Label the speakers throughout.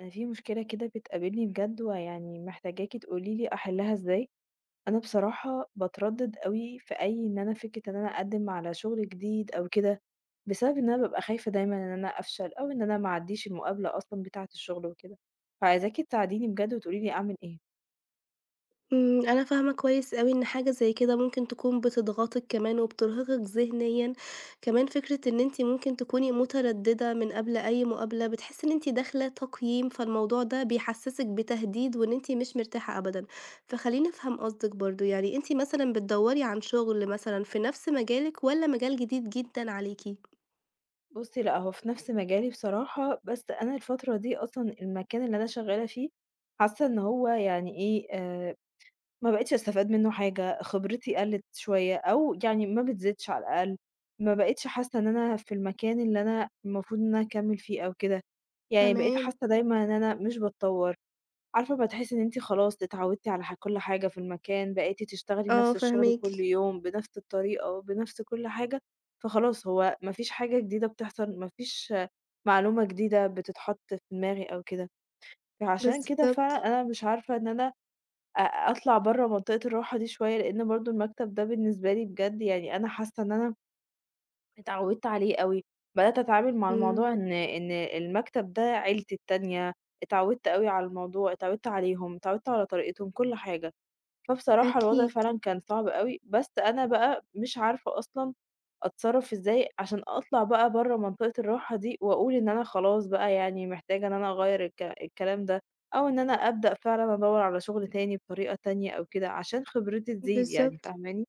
Speaker 1: أنا في مشكلة كده بتقابلني بجد، ويعني محتاجاكي تقولي لي أحلها إزاي. أنا بصراحة باتردد أوي في أي إن أنا فكرة إن أنا أقدم على شغل جديد أو كده، بسبب إن أنا ببقى خايفة دايما إن أنا أفشل أو إن أنا معديش المقابلة أصلا بتاعة الشغل وكده. فعايزاكي تساعديني بجد وتقولي لي أعمل إيه.
Speaker 2: أنا فاهمة كويس أوي إن حاجة زي كده ممكن تكون بتضغطِك كمان وبترهقِك ذهنيًا، كمان فكرة إن أنتِ ممكن تكوني مترددة من قبل أي مقابلة، بتحسي إن أنتِ داخلة تقييم، فالموضوع ده بيحسسِك بتهديد وإن أنتِ مش مرتاحة أبدًا. فخليني أفهم قصدِك برضه، يعني أنتِ مثلًا بتدوّري عن شغل مثلًا في نفس مجالِك والّا مجال جديد جدًا عليكِ؟
Speaker 1: بصي، لا، هو في نفس مجالي بصراحة، بس أنا الفترة دي أصلا المكان اللي أنا شغالة فيه حاسة إن هو، يعني إيه، ما بقيتش أستفاد منّه حاجة، خبرتي قَلِّت شوية أو يعني ما بتزيدش على الأقل، ما بقيتش حاسّة إن أنا في المكان اللي أنا المفروض إن أنا أكمّل فيه أو كده، يعني بقيت
Speaker 2: تمام،
Speaker 1: حاسّة دايمًا إن أنا مش باتطوّر. عارفة أمّا تحسّي إن أنتِ خلاص اتعوّدتِ على كل حاجة في المكان، بقيتِ تشتغلي
Speaker 2: آه،
Speaker 1: نَفْس الشُغل
Speaker 2: فاهماكِ،
Speaker 1: كل يوم، بنَفْس الطريقة، بنَفْس كل حاجة، فخلاص هو ما فيش حاجة جديدة بتحصل، ما فيش معلومة جديدة بتتحط في دماغي أو كده. فعشان كده
Speaker 2: بالضبط،
Speaker 1: فعلًا أنا مش عارفة إن أنا أ أطلع برّه منطقة الراحة دي شوية، لإن برضه المكتب ده بالنسبة لي بجد يعني أنا حاسة إن أنا اتعودت عليه أوي، بدأت أتعامل مع
Speaker 2: إمم،
Speaker 1: الموضوع إن المكتب ده عيلتي التانية، اتعودت أوي على الموضوع، اتعودت عليهم، اتعودت على طريقتهم، كل حاجة. فبصراحة الوضع
Speaker 2: أكيد،
Speaker 1: فعلًا كان صعب أوي، بس أنا بقى مش عارفة أصلًا أتصرّف إزاي عشان أطلع بقى برّه منطقة الراحة دي، وأقول إن أنا خلاص بقى يعني محتاجة إن أنا أغيّر الكلام ده، أو إن أنا أبدأ فعلًا أدوّر على شغل تاني بطريقة تانية أو كده، عشان خبرتي تزيد يعني،
Speaker 2: بالضبط.
Speaker 1: فاهماني؟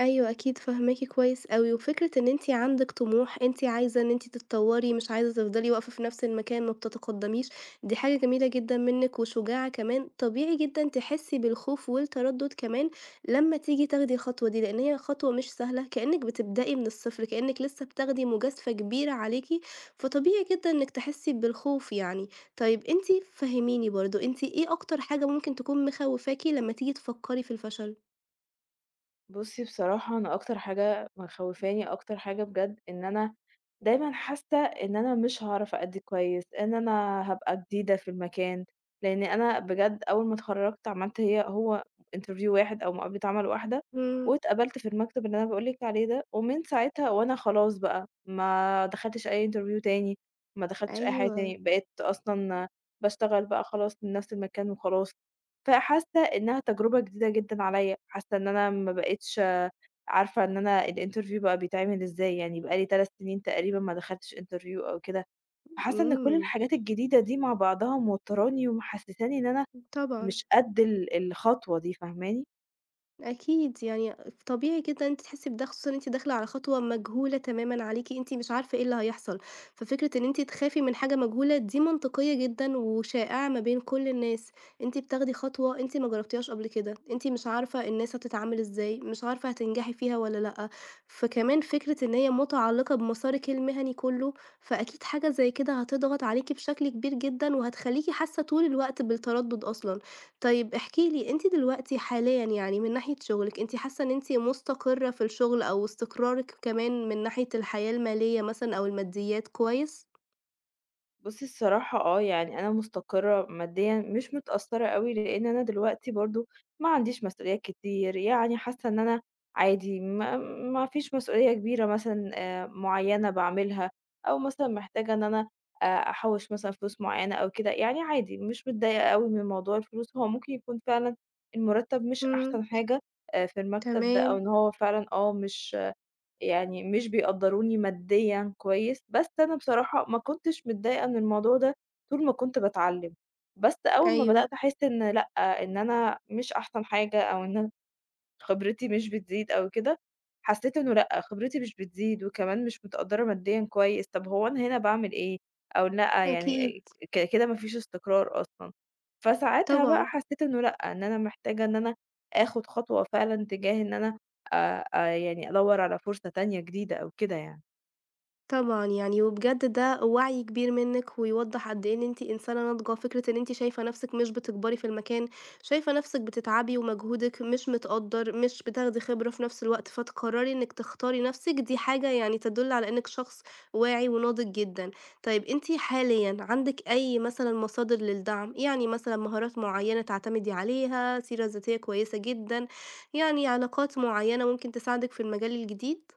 Speaker 2: أيوه أكيد فاهماكِ كويس أوي، وفكرة إن أنتِ عندِك طموح، أنتِ عايزة إن أنتِ تتطوري، مش عايزة تفضلي واقفة في نفس المكان ما بتتقدميش، دي حاجة جميلة جدًا منِك وشجاعة كمان، طبيعي جدًا تحسي بالخوف والتردد كمان لما تيجي تاخدي الخطوة دي، لأن هي خطوة مش سهلة، كأنِك بتبدئي من الصفر، كأنِك لسه بتاخدي مجازفة كبيرة عليكِ، فطبيعي جدًا إنِك تحسي بالخوف يعني. طيب أنتِ فهّميني برضه، أنتِ إيه أكتر حاجة ممكن تكون مخوفاكِ لما تيجي تفكري في الفشل؟
Speaker 1: بُصّي بصراحة أنا أكتر حاجة مخوّفاني، أكتر حاجة بجد، إن أنا دايمًا حاسة إن أنا مش هاعرف أأدّي كويس، إن أنا هابقى جديدة في المكان، لإن أنا بجد أول ما اتخرّجت عملت هو interview واحد أو مقابلة عمل واحدة،
Speaker 2: إمم،
Speaker 1: واتقبلت في المكتب اللي أنا باقول لِك عليه ده، ومن ساعتها وأنا خلاص بقى ما دخلتش أي interview تاني، ما دخلتش أي حاجة
Speaker 2: أيوه.
Speaker 1: تاني، بقيت أصلًا باشتغل بقى خلاص من نفس المكان وخلاص. فحاسة إنها تجربة جديدة جدًا عليّا، حاسة إن أنا ما بقيتش عارفة إن أنا الinterview بقى بيتعمل إزاي، يعني بقى لي 3 سنين تقريبًا ما دخلتش interview أو كده، فحاسة إن كل
Speaker 2: إمم،
Speaker 1: الحاجات الجديدة دي مع بعضها موتراني ومحسساني إن أنا
Speaker 2: طبعًا
Speaker 1: مش قد الخطوة دي، فاهماني؟
Speaker 2: أكيد، يعني طبيعي جدًا إن أنتِ تحسّي بده، خصوصًا إن أنتِ داخلة على خطوة مجهولة تمامًا عليكِ، أنتِ مش عارفة إيه اللي هيحصل، ففكرة إن أنتِ تخافي من حاجة مجهولة دي منطقية جدًا وشائعة ما بين كل الناس، أنتِ بتاخدي خطوة أنتِ ما جربتيهاش قبل كده، أنتِ مش عارفة الناس هتتعامل إزاي، مش عارفة هتنجحي فيها والّا لأ، فكمان فكرة إن هي متعلقة بمسارِك المهني كلّه، فأكيد حاجة زي كده هتضغط عليكِ بشكل كبير جدًا وهتخلّيكِ حاسة طول الوقت بالتردد أصلًا. طيب احكِ لي أنتِ دلوقتي حاليًا يعني من ناحية شغلِك، أنتِ حاسة إن أنتِ مستقرة في الشغل أو استقرارِك كمان من ناحية الحياة المالية مثلًا أو الماديات كويس؟
Speaker 1: بُصّي الصراحة، آه، يعني أنا مستقرة ماديًا، مش متأثّرة أوي لإن أنا دلوقتي برضه ما عنديش مسؤوليات كتير، يعني حاسة إن أنا عادي، ما فيش مسؤولية كبيرة مثلًا معيّنة باعملها، أو مثلًا محتاجة إن أنا أحوّش مثلًا فلوس معيّنة أو كده، يعني عادي مش متضايقة أوي من موضوع الفلوس، هو ممكن يكون فعلًا المرتّب مش
Speaker 2: إمم،
Speaker 1: أحسن حاجة في المكتب ده، أو
Speaker 2: تمام،
Speaker 1: إن هو فعلًا مش يعني مش بيقدّروني ماديًا كويس، بس أنا بصراحة ما كنتش متضايقة من الموضوع ده طول ما كنت باتعلّم، بس أول ما
Speaker 2: أيوه،
Speaker 1: بدأت أحس إن لأ، إن أنا مش أحسن حاجة أو إن خبرتي مش بتزيد أو كده، حسيت إنه لأ، خبرتي مش بتزيد وكمان مش متقدّرة ماديًا كويس، طب هو أنا هنا باعمل إيه؟ أو لأ،
Speaker 2: أكيد،
Speaker 1: يعني كده ما فيش استقرار أصلًا. فساعتها بقى
Speaker 2: طبعًا.
Speaker 1: حسيت إنه لأ، إن أنا محتاجة إن أنا آخُد خطوة فعلًا تجاه إن أنا يعني أدوّر على فرصة تانية جديدة أو كده يعني.
Speaker 2: طبعًا يعني، وبجد ده وعي كبير منِّك، ويوضّح قد إيه إن أنتِ إنسانة ناضجة، فكرة إن أنتِ شايفة نفسِك مش بتكبري في المكان، شايفة نفسِك بتتعبي ومجهودِك مش متقدّر، مش بتاخدي خبرة في نفس الوقت، فتقرري إنِّك تختاري نفسِك، دي حاجة يعني تدل على إنِّك شخص واعي وناضج جدًا. طيب أنتِ حاليًا عندِك أي مثلًا مصادر للدعم؟ يعني مثلًا مهارات معيّنة تعتمدي عليها، سيرة ذاتية كويسة جدًا، يعني علاقات معيّنة ممكن تساعدِك في المجال الجديد؟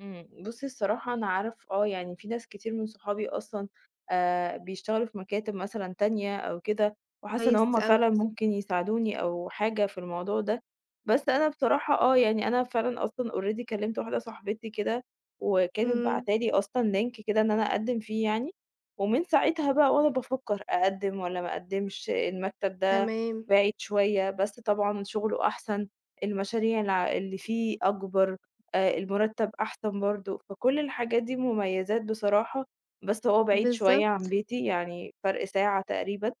Speaker 1: بُصّي الصراحة، أنا أعرف، آه، يعني في ناس كتير من صحابي أصلًا بيشتغلوا في مكاتب مثلًا تانية أو كده، وحاسة إن
Speaker 2: كويس
Speaker 1: هُم
Speaker 2: أوي.
Speaker 1: فعلًا ممكن يساعدوني أو حاجة في الموضوع ده، بس أنا بصراحة، آه، يعني أنا فعلًا أصلًا already كلمت واحدة صاحبتي كده، وكانت
Speaker 2: إمم.
Speaker 1: باعتة لي أصلًا link كده إن أنا أقدّم فيه يعني، ومن ساعتها بقى وأنا بافكّر أقدّم والّا ما أقدّمش، المكتب ده
Speaker 2: تمام،
Speaker 1: بعيد شوية، بس طبعًا شغله أحسن، المشاريع اللي فيه أكبر، المُرتّب أحسن برضه، فكل الحاجات دي مميزات بصراحة، بس هو بعيد شوية عن
Speaker 2: بالضبط،
Speaker 1: بيتي، يعني فرق ساعة تقريبًا.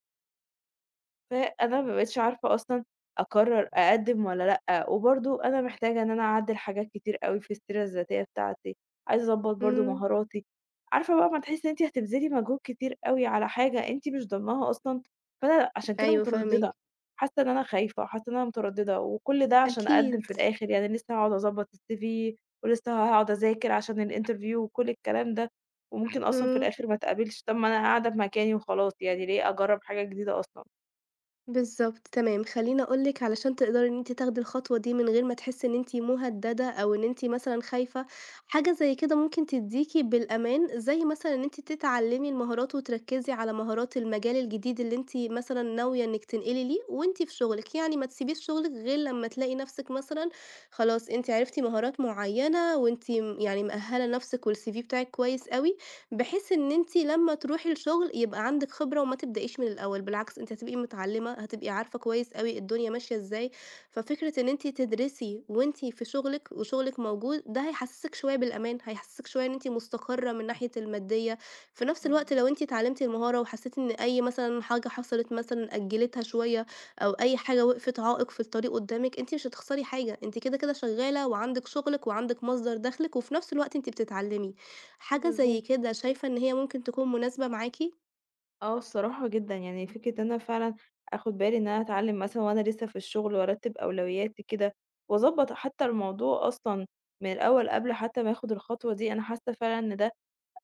Speaker 1: فأنا ما بقيتش عارفة أصلًا أقرّر أقدّم والّا لأ، وبرضه أنا محتاجة إن أنا أعدّل حاجات كتير أوي في السيرة الذاتية بتاعتي، عايزة أضبّط برضه
Speaker 2: إمم،
Speaker 1: مهاراتي، عارفة بقى أمّا تحسّي إن أنتِ هتبذلي مجهود كتير أوي على حاجة أنتِ مش ضامناها أصلًا، فأنا عشان كده
Speaker 2: أيوه فاهماكِ،
Speaker 1: متردّدة، حاسة إن أنا خايفة، حاسة إن أنا متردّدة، وكل ده عشان أقدّم
Speaker 2: أكيد،
Speaker 1: في الآخر، يعني لسه هاقعد أضبّط الCV ولسه هاقعد أذاكر عشان الinterview وكل الكلام ده، وممكن أصلًا في
Speaker 2: إمم،
Speaker 1: الآخر ما اتقبلش، طَب ما أنا قاعدة في مكاني وخلاص، يعني ليه أجرّب حاجة جديدة أصلًا؟
Speaker 2: بالضبط، تمام، خلّيني أقول لِك علشان تقدري إن أنتِ تاخدي الخطوة دي من غير ما تحسّي إن أنتِ مهدّدة أو إن أنتِ مثلًا خايفة، حاجة زي كده ممكن تدّيكِ بالأمان، زي مثلًا إن أنتِ تتعلّمي المهارات وتركّزي على مهارات المجال الجديد اللي أنتِ مثلًا ناوية إنِّك تنقلي ليه وأنتِ في شغلِك، يعني ما تسيبيش شغلِك غير لمّا تلاقي نَفْسِك مثلًا خلاص أنتِ عرفتِ مهارات معيّنة وأنتِ يعني مأهّلة نَفْسِك والCV بتاعِك كويس أوي بحيث إن أنتِ لمّا تروحي الشغل يبقى عندِك خبرة وما تبدئيش من الأول، بالعكس أنتِ هتبقي متعلمة، هتبقي عارفة كويس أوي الدنيا ماشية إزاي، ففكرة إن أنتِ تدرسي وأنتِ في شغلِك وشغلِك موجود، ده هيحسسِك شوية بالأمان، هيحسسِك شوية إن أنتِ مستقرة من ناحية المادية، في نفس الوقت
Speaker 1: إمم،
Speaker 2: لو أنتِ اتعلمتِ المهارة وحسيتِ إن أي مثلًا حاجة حصلت مثلًا أجلتها شوية، أو أي حاجة وقفت عائق في الطريق قدامِك، أنتِ مش هتخسري حاجة، أنتِ كده كده شغالة وعندِك شغلِك وعندِك مصدر دخلِك، وفي نفس الوقت أنتِ بتتعلمي. حاجة زي
Speaker 1: بالضبط.
Speaker 2: كده شايفة إن هي ممكن تكون مناسبة معاكِ؟
Speaker 1: آه، الصراحة جدًا، يعني فكرة إن أنا فعلًا آخُد بالي إن أنا أتعلّم مثلًا وأنا لسه في الشغل وأرتّب أولوياتي كده، وأضبّط حتى الموضوع أصلًا من الأول قبل حتى ما آخُد الخطوة دي، أنا حاسّة فعلًا إن ده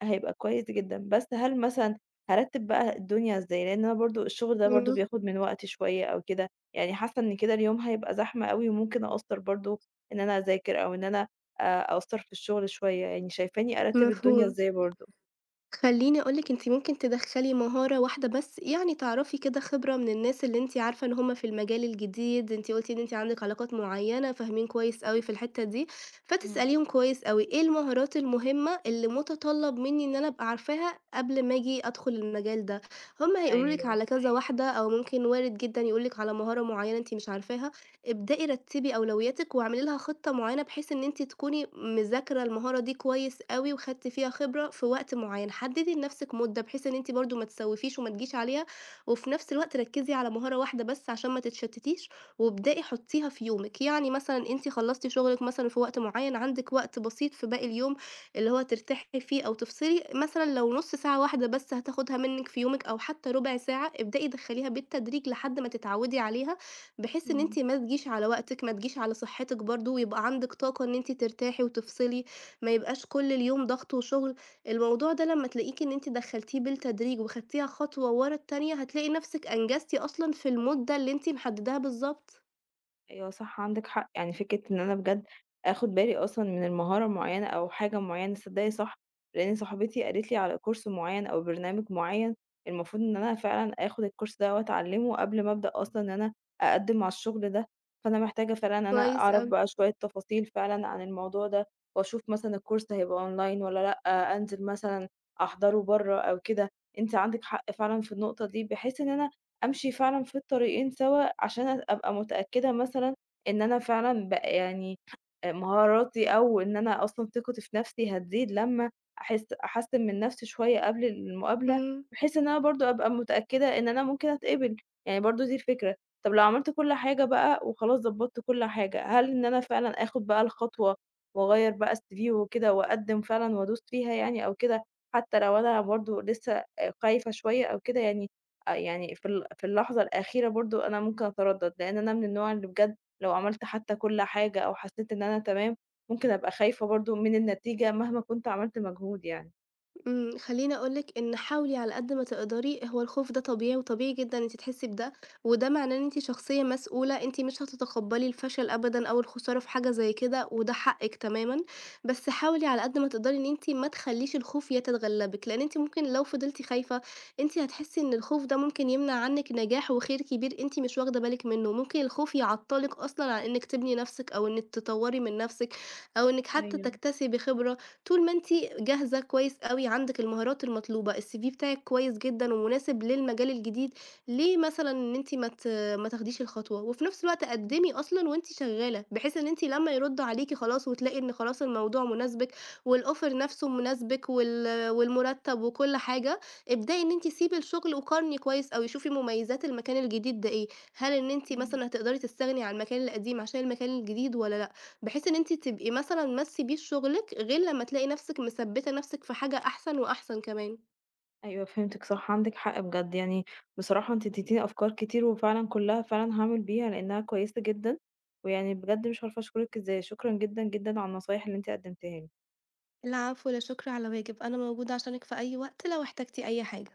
Speaker 1: هيبقى كويس جدًا. بس هل مثلًا هارتّب بقى الدنيا إزاي؟ لإن أنا برضه الشغل ده برضه
Speaker 2: إمم،
Speaker 1: بياخُد من وقتي شوية أو كده، يعني حاسّة إن كده اليوم هيبقى زحمة أوي وممكن أقصّر برضه إن أنا أذاكر أو إن أنا آآ أقصّر في الشغل شوية، يعني شايفاني أرتّب الدنيا
Speaker 2: مفهوم.
Speaker 1: إزاي برضه؟
Speaker 2: خلّيني أقول لِك أنتِ ممكن تدخّلي مهارة واحدة بس، يعني تعرفي كده خبرة من الناس اللي أنتِ عارفة إن هُم في المجال الجديد، أنتِ قُلتِ إن أنتِ عندِك علاقات معيّنة، فاهمين كويس أوي في الحتّة دي،
Speaker 1: إمم،
Speaker 2: فتسأليهم كويس أوي إيه المهارات المهمة اللي متطلب منّي إن أنا أبقى عارفاها قبل ما آجي أدخل المجال ده؟ هُم هيقولوا لِك
Speaker 1: أيوه.
Speaker 2: على كذا واحدة أو ممكن وارد جدًا يقول لِك على مهارة معيّنة أنتِ مش عارفاها. ابدئي رتّبي أولوياتِك واعملي لها خطة معيّنة بحيث إن أنتِ تكوني مذاكرة المهارة دي كويس أوي وخدتِ فيها خبرة في وقت معيّن، حدّدي لنَفْسِك مدة بحيث إن أنتِ برضه ما تسوّفيش وما تجيش عليها، وفي نَفْس الوقت ركّزي على مهارة واحدة بس عشان ما تتشتّتيش، وابدئي حُطّيها في يومِك، يعني مثلًا أنتِ خلّصتِ شغلِك مثلًا في وقت معيّن، عندِك وقت بسيط في باقي اليوم اللي هو ترتاحي فيه أو تفصلي، مثلًا لو نُص ساعة واحدة بس هتاخدها منِّك في يومِك أو حتى رُبع ساعة، ابدئي دخّليها بالتدريج لحد ما تتعوّدي عليها بحيث إن أنتِ
Speaker 1: إمم.
Speaker 2: ما تجيش على وقتِك، ما تجيش على صحتِك برضه، ويبقى عندِك طاقة إن أنتِ ترتاحي وتفصلي، ما يبقاش كل اليوم ضغط وشغل. الموضوع ده لمّا تلاقيكِ إن أنتِ دخّلتيه بالتدريج وخدتيها خطوة ورا التانية، هتلاقي نفسِك أنجزتِ أصلًا في المدة اللي أنتِ محدداها بالضبط.
Speaker 1: أيوه، صح، عندِك حق، يعني فكرة إن أنا بجد آخُد بالي أصلًا من المهارة معيّنة أو حاجة معيّنة، تصدّقي صح، لإن صاحبتي قالت لي على كورس معيّن أو برنامج معيّن، المفروض إن أنا فعلًا آخُد الكورس ده وأتعلّمه قبل ما أبدأ أصلًا إن أنا أقدّم على الشغل ده، فأنا محتاجة فعلًا إن أنا
Speaker 2: كويس
Speaker 1: أعرف
Speaker 2: أوي،
Speaker 1: بقى شوية تفاصيل فعلًا عن الموضوع ده وأشوف مثلًا الكورس هيبقى أونلاين والّا لأ، أنزل مثلًا أحضره برّه أو كده. أنتِ عندِك حق فعلًا في النقطة دي، بحيث إن أنا أمشي فعلًا في الطريقين سوا عشان أبقى متأكدة مثلًا إن أنا فعلًا يعني مهاراتي أو إن أنا أصلًا ثقتي في نفسي هتزيد لمّا أحسّن من نفسي شوية قبل المقابلة،
Speaker 2: إمم.
Speaker 1: بحيث إن أنا برضه أبقى متأكدة إن أنا ممكن أتقبل، يعني برضه دي الفكرة. طب لو عملت كل حاجة بقى وخلاص ضبّطت كل حاجة، هل إن أنا فعلًا آخُد بقى الخطوة وأغيّر بقى الCV وكده وأقدّم فعلًا وأدوس فيها يعني أو كده، حتى لو أنا برضه لسه خايفة شوية أو كده يعني، يعني في اللحظة الأخيرة برضه أنا ممكن أتردد، لإن أنا من النوع اللي بجد لو عملت حتى كل حاجة أو حسيت إن أنا تمام، ممكن أبقى خايفة برضه من النتيجة مهما كنت عملت مجهود يعني.
Speaker 2: خلّيني أقول لِك إن حاولي على قد ما تقدري، هو الخوف ده طبيعي، وطبيعي جدًا إن أنتِ تحسّي بده، وده معناه إن أنتِ شخصية مسؤولة، أنتِ مش هتتقبّلي الفشل أبدًا أو الخسارة في حاجة زي كده، وده حقِّك تمامًا، بس حاولي على قد ما تقدري إن أنتِ ما تخلّيش الخوف يتغلّبِك، لإن أنتِ ممكن لو فضلتِ خايفة، أنتِ هتحسّي إن الخوف ده ممكن يمنع عنِّك نجاح وخير كبير أنتِ مش واخدة بالِك منّه، ممكن الخوف يعطّلِك أصلًا عن إنِّك تبني نَفْسِك أو إنِّك تطوّري من نَفْسِك أو إنِّك حتى
Speaker 1: أيوه،
Speaker 2: تكتسبي خبرة. طول ما أنتِ جاهزة كويس أوي، عندِك المهارات المطلوبة، الCV بتاعِك كويس جدًا ومناسب للمجال الجديد، ليه مثلًا إن أنتِ ما تاخديش الخطوة؟ وفي نفس الوقت
Speaker 1: إمم،
Speaker 2: قدّمي أصلًا وأنتِ شغالة، بحيث إن أنتِ لمّا يردوا عليكِ خلاص وتلاقي إن خلاص الموضوع مناسبِك والoffer نفسه مناسبِك والمرتب وكل حاجة، ابدئي إن أنتِ سيبي الشغل وقارني كويس أوي، شوفي مميزات المكان الجديد ده إيه، هل إن أنتِ
Speaker 1: إمم.
Speaker 2: مثلًا هتقدري تستغني عن المكان القديم عشان المكان الجديد والّا لأ؟ بحيث إن أنتِ تبقي مثلًا مَسّي بيه شغلِك، غير لمّا تلاقي نَفْسِك مثبّتة نَفْسِك في حاجة أحسن وأحسن كمان.
Speaker 1: أيوه، فهمتِك صح، عندِك حق بجد يعني، بصراحة أنتِ اديتيني أفكار كتير وفعلًا كلها فعلًا هاعمل بيها لإنها كويسة جدًا، ويعني بجد مش عارفة أشكرِك إزاي، شكرًا جدًا، جدًا على النصايح اللي أنتِ قدمتيها لي.
Speaker 2: العفو، لا شكر على واجب، أنا موجودة عشانِك في أي وقت لو احتجتِ أي حاجة.